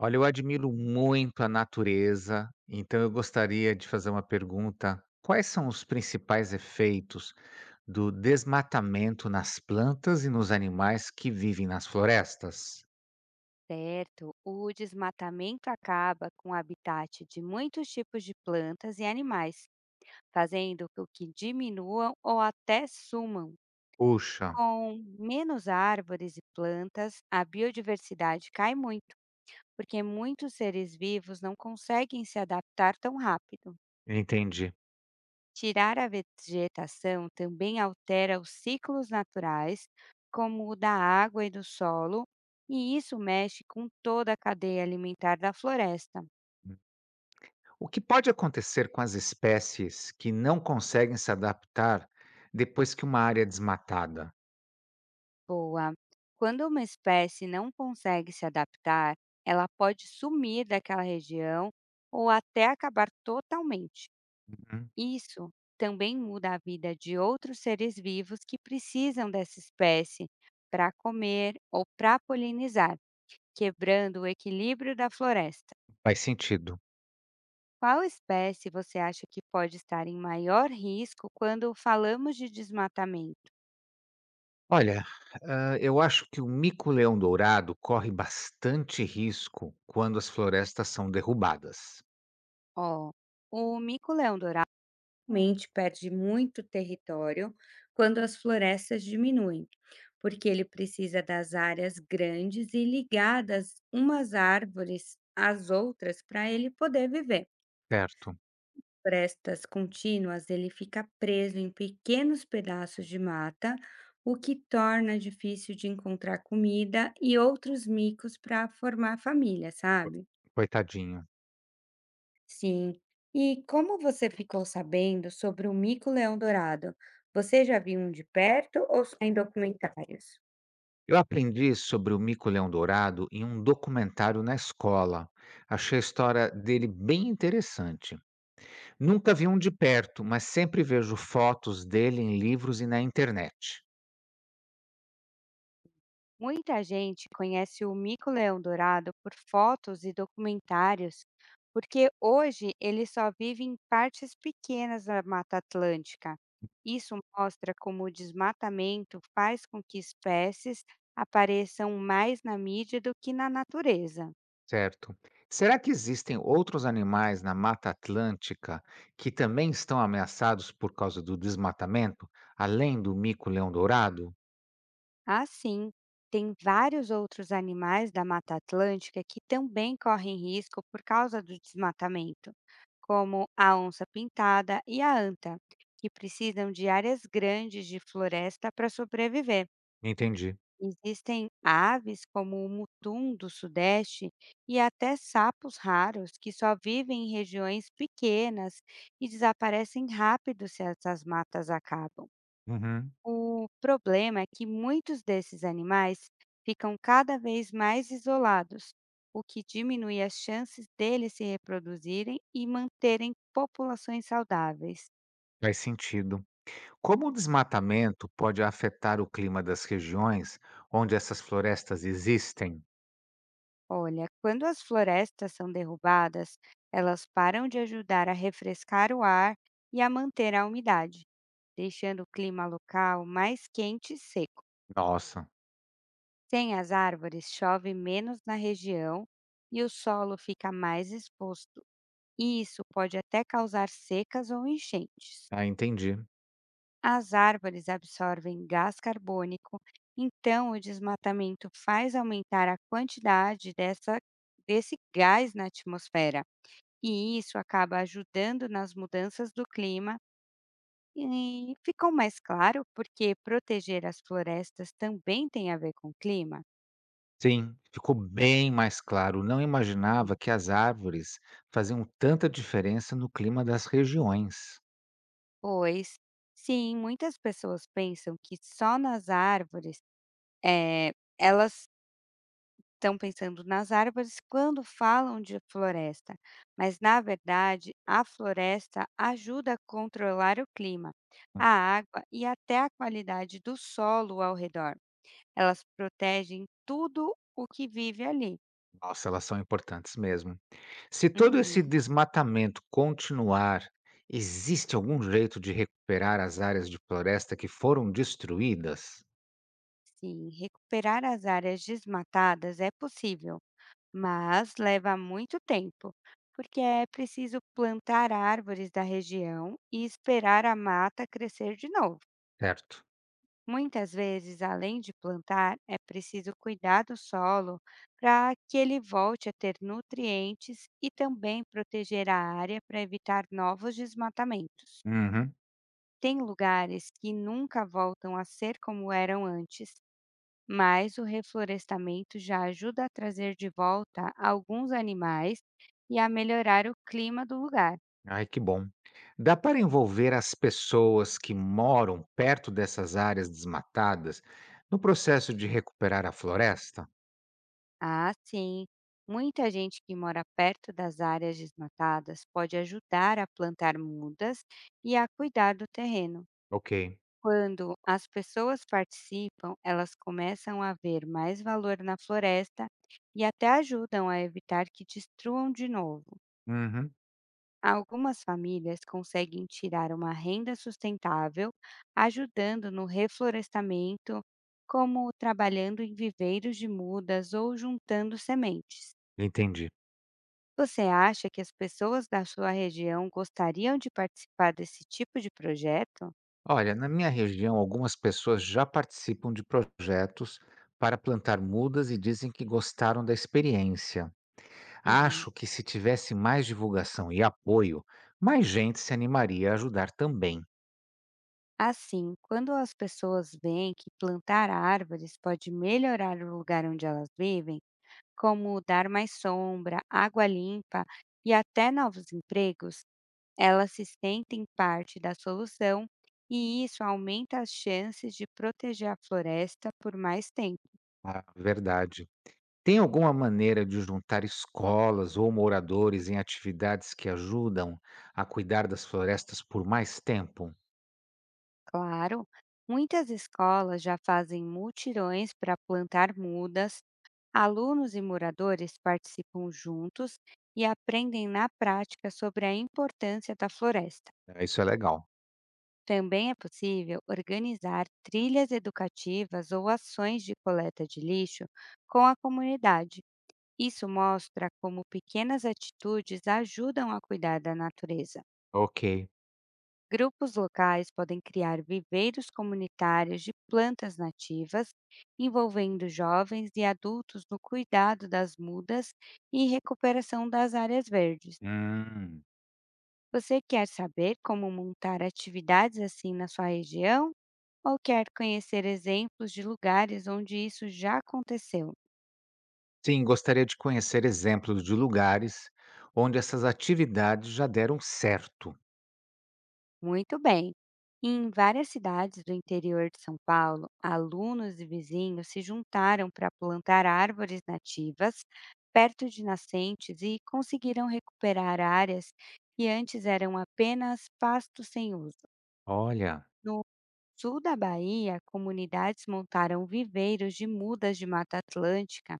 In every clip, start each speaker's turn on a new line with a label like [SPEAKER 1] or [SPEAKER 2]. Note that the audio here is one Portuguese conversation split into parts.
[SPEAKER 1] Olha, eu admiro muito a natureza, então eu gostaria de fazer uma pergunta: quais são os principais efeitos do desmatamento nas plantas e nos animais que vivem nas florestas?
[SPEAKER 2] Certo, o desmatamento acaba com o habitat de muitos tipos de plantas e animais, fazendo com que diminuam ou até sumam.
[SPEAKER 1] Puxa,
[SPEAKER 2] Com menos árvores e plantas, a biodiversidade cai muito, porque muitos seres vivos não conseguem se adaptar tão rápido.
[SPEAKER 1] entendi.
[SPEAKER 2] Tirar a vegetação também altera os ciclos naturais, como o da água e do solo, e isso mexe com toda a cadeia alimentar da floresta.
[SPEAKER 1] O que pode acontecer com as espécies que não conseguem se adaptar depois que uma área é desmatada?
[SPEAKER 2] Boa. Quando uma espécie não consegue se adaptar, ela pode sumir daquela região ou até acabar totalmente.
[SPEAKER 1] Uhum.
[SPEAKER 2] Isso também muda a vida de outros seres vivos que precisam dessa espécie para comer ou para polinizar, quebrando o equilíbrio da floresta.
[SPEAKER 1] Faz sentido.
[SPEAKER 2] Qual espécie você acha que pode estar em maior risco quando falamos de desmatamento?
[SPEAKER 1] Olha, eu acho que o mico-leão-dourado corre bastante risco quando as florestas são derrubadas,
[SPEAKER 2] Ó, o mico-leão-dourado realmente perde muito território quando as florestas diminuem, porque ele precisa das áreas grandes e ligadas umas árvores às outras para ele poder viver.
[SPEAKER 1] certo?
[SPEAKER 2] Florestas contínuas, ele fica preso em pequenos pedaços de mata, o que torna difícil de encontrar comida e outros micos para formar família, sabe?
[SPEAKER 1] Coitadinho.
[SPEAKER 2] Sim. E como você ficou sabendo sobre o mico-leão dourado? Você já viu um de perto ou só em documentários?
[SPEAKER 1] Eu aprendi sobre o mico-leão-dourado em um documentário na escola. Achei a história dele bem interessante. Nunca vi um de perto, mas sempre vejo fotos dele em livros e na internet.
[SPEAKER 2] Muita gente conhece o mico-leão dourado por fotos e documentários, porque hoje ele só vive em partes pequenas da Mata Atlântica. Isso mostra como o desmatamento faz com que espécies apareçam mais na mídia do que na natureza.
[SPEAKER 1] Certo. Será que existem outros animais na Mata Atlântica que também estão ameaçados por causa do desmatamento, além do mico-leão-dourado?
[SPEAKER 2] Assim, tem vários outros animais da Mata Atlântica que também correm risco por causa do desmatamento, como a onça-pintada e a anta, que precisam de áreas grandes de floresta para sobreviver.
[SPEAKER 1] Entendi.
[SPEAKER 2] Existem aves como o mutum do sudeste e até sapos raros que só vivem em regiões pequenas e desaparecem rápido se essas matas acabam.
[SPEAKER 1] Uhum.
[SPEAKER 2] O problema é que muitos desses animais ficam cada vez mais isolados, o que diminui as chances deles se reproduzirem e manterem populações saudáveis.
[SPEAKER 1] Faz sentido. Como o desmatamento pode afetar o clima das regiões onde essas florestas existem?
[SPEAKER 2] Olha, quando as florestas são derrubadas, elas param de ajudar a refrescar o ar e a manter a umidade, deixando o clima local mais quente e seco.
[SPEAKER 1] Nossa,
[SPEAKER 2] Sem as árvores, chove menos na região e o solo fica mais exposto e isso pode até causar secas ou enchentes.
[SPEAKER 1] ah, entendi.
[SPEAKER 2] As árvores absorvem gás carbônico, então o desmatamento faz aumentar a quantidade dessa, desse gás na atmosfera, e isso acaba ajudando nas mudanças do clima. E ficou mais claro porque proteger as florestas também tem a ver com o clima?
[SPEAKER 1] Sim, ficou bem mais claro. Não imaginava que as árvores faziam tanta diferença no clima das regiões.
[SPEAKER 2] Pois, sim, muitas pessoas pensam que só nas árvores, é, elas estão pensando nas árvores quando falam de floresta, mas na verdade a floresta ajuda a controlar o clima, a água e até a qualidade do solo ao redor. Elas protegem tudo o que vive ali.
[SPEAKER 1] Nossa, elas são importantes mesmo. Se todo esse
[SPEAKER 2] Uhum,
[SPEAKER 1] desmatamento continuar, existe algum jeito de recuperar as áreas de floresta que foram destruídas?
[SPEAKER 2] sim, recuperar as áreas desmatadas é possível, mas leva muito tempo, porque é preciso plantar árvores da região e esperar a mata crescer de novo.
[SPEAKER 1] Certo.
[SPEAKER 2] Muitas vezes, além de plantar, é preciso cuidar do solo para que ele volte a ter nutrientes e também proteger a área para evitar novos desmatamentos.
[SPEAKER 1] Uhum.
[SPEAKER 2] Tem lugares que nunca voltam a ser como eram antes, mas o reflorestamento já ajuda a trazer de volta alguns animais e a melhorar o clima do lugar.
[SPEAKER 1] Ai, que bom. Dá para envolver as pessoas que moram perto dessas áreas desmatadas no processo de recuperar a floresta?
[SPEAKER 2] Ah, sim. Muita gente que mora perto das áreas desmatadas pode ajudar a plantar mudas e a cuidar do terreno.
[SPEAKER 1] Ok.
[SPEAKER 2] Quando as pessoas participam, elas começam a ver mais valor na floresta e até ajudam a evitar que destruam de novo.
[SPEAKER 1] Uhum.
[SPEAKER 2] Algumas famílias conseguem tirar uma renda sustentável, ajudando no reflorestamento, como trabalhando em viveiros de mudas ou juntando sementes.
[SPEAKER 1] Entendi.
[SPEAKER 2] Você acha que as pessoas da sua região gostariam de participar desse tipo de projeto?
[SPEAKER 1] Olha, na minha região, algumas pessoas já participam de projetos para plantar mudas e dizem que gostaram da experiência.
[SPEAKER 2] Uhum.
[SPEAKER 1] Acho que se tivesse mais divulgação e apoio, mais gente se animaria a ajudar também.
[SPEAKER 2] Assim, quando as pessoas veem que plantar árvores pode melhorar o lugar onde elas vivem, como dar mais sombra, água limpa e até novos empregos, elas se sentem parte da solução e isso aumenta as chances de proteger a floresta por mais tempo.
[SPEAKER 1] Ah, verdade. Tem alguma maneira de juntar escolas ou moradores em atividades que ajudam a cuidar das florestas por mais tempo?
[SPEAKER 2] Claro, muitas escolas já fazem mutirões para plantar mudas, alunos e moradores participam juntos e aprendem na prática sobre a importância da floresta.
[SPEAKER 1] É, isso é legal.
[SPEAKER 2] Também é possível organizar trilhas educativas ou ações de coleta de lixo com a comunidade. Isso mostra como pequenas atitudes ajudam a cuidar da natureza.
[SPEAKER 1] Ok.
[SPEAKER 2] Grupos locais podem criar viveiros comunitários de plantas nativas, envolvendo jovens e adultos no cuidado das mudas e recuperação das áreas verdes.
[SPEAKER 1] Hum.
[SPEAKER 2] Você quer saber como montar atividades assim na sua região ou quer conhecer exemplos de lugares onde isso já aconteceu?
[SPEAKER 1] Sim, gostaria de conhecer exemplos de lugares onde essas atividades já deram certo.
[SPEAKER 2] Muito bem. Em várias cidades do interior de São Paulo, alunos e vizinhos se juntaram para plantar árvores nativas perto de nascentes e conseguiram recuperar áreas que antes eram apenas pasto sem uso.
[SPEAKER 1] Olha,
[SPEAKER 2] No sul da Bahia, comunidades montaram viveiros de mudas de Mata Atlântica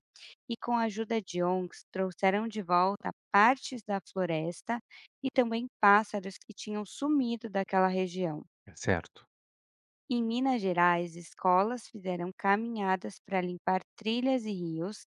[SPEAKER 2] e, com a ajuda de ONGs, trouxeram de volta partes da floresta e também pássaros que tinham sumido daquela região.
[SPEAKER 1] é certo.
[SPEAKER 2] Em Minas Gerais, escolas fizeram caminhadas para limpar trilhas e rios,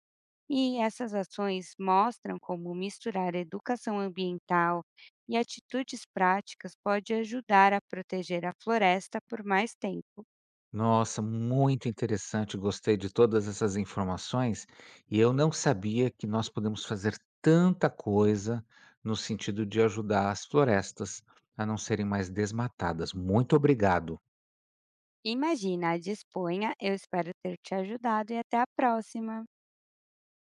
[SPEAKER 2] e essas ações mostram como misturar educação ambiental e atitudes práticas pode ajudar a proteger a floresta por mais tempo.
[SPEAKER 1] Nossa, muito interessante. Gostei de todas essas informações. E eu não sabia que nós podemos fazer tanta coisa no sentido de ajudar as florestas a não serem mais desmatadas. Muito obrigado.
[SPEAKER 2] Imagina a de Espanha, eu espero ter te ajudado e até a próxima!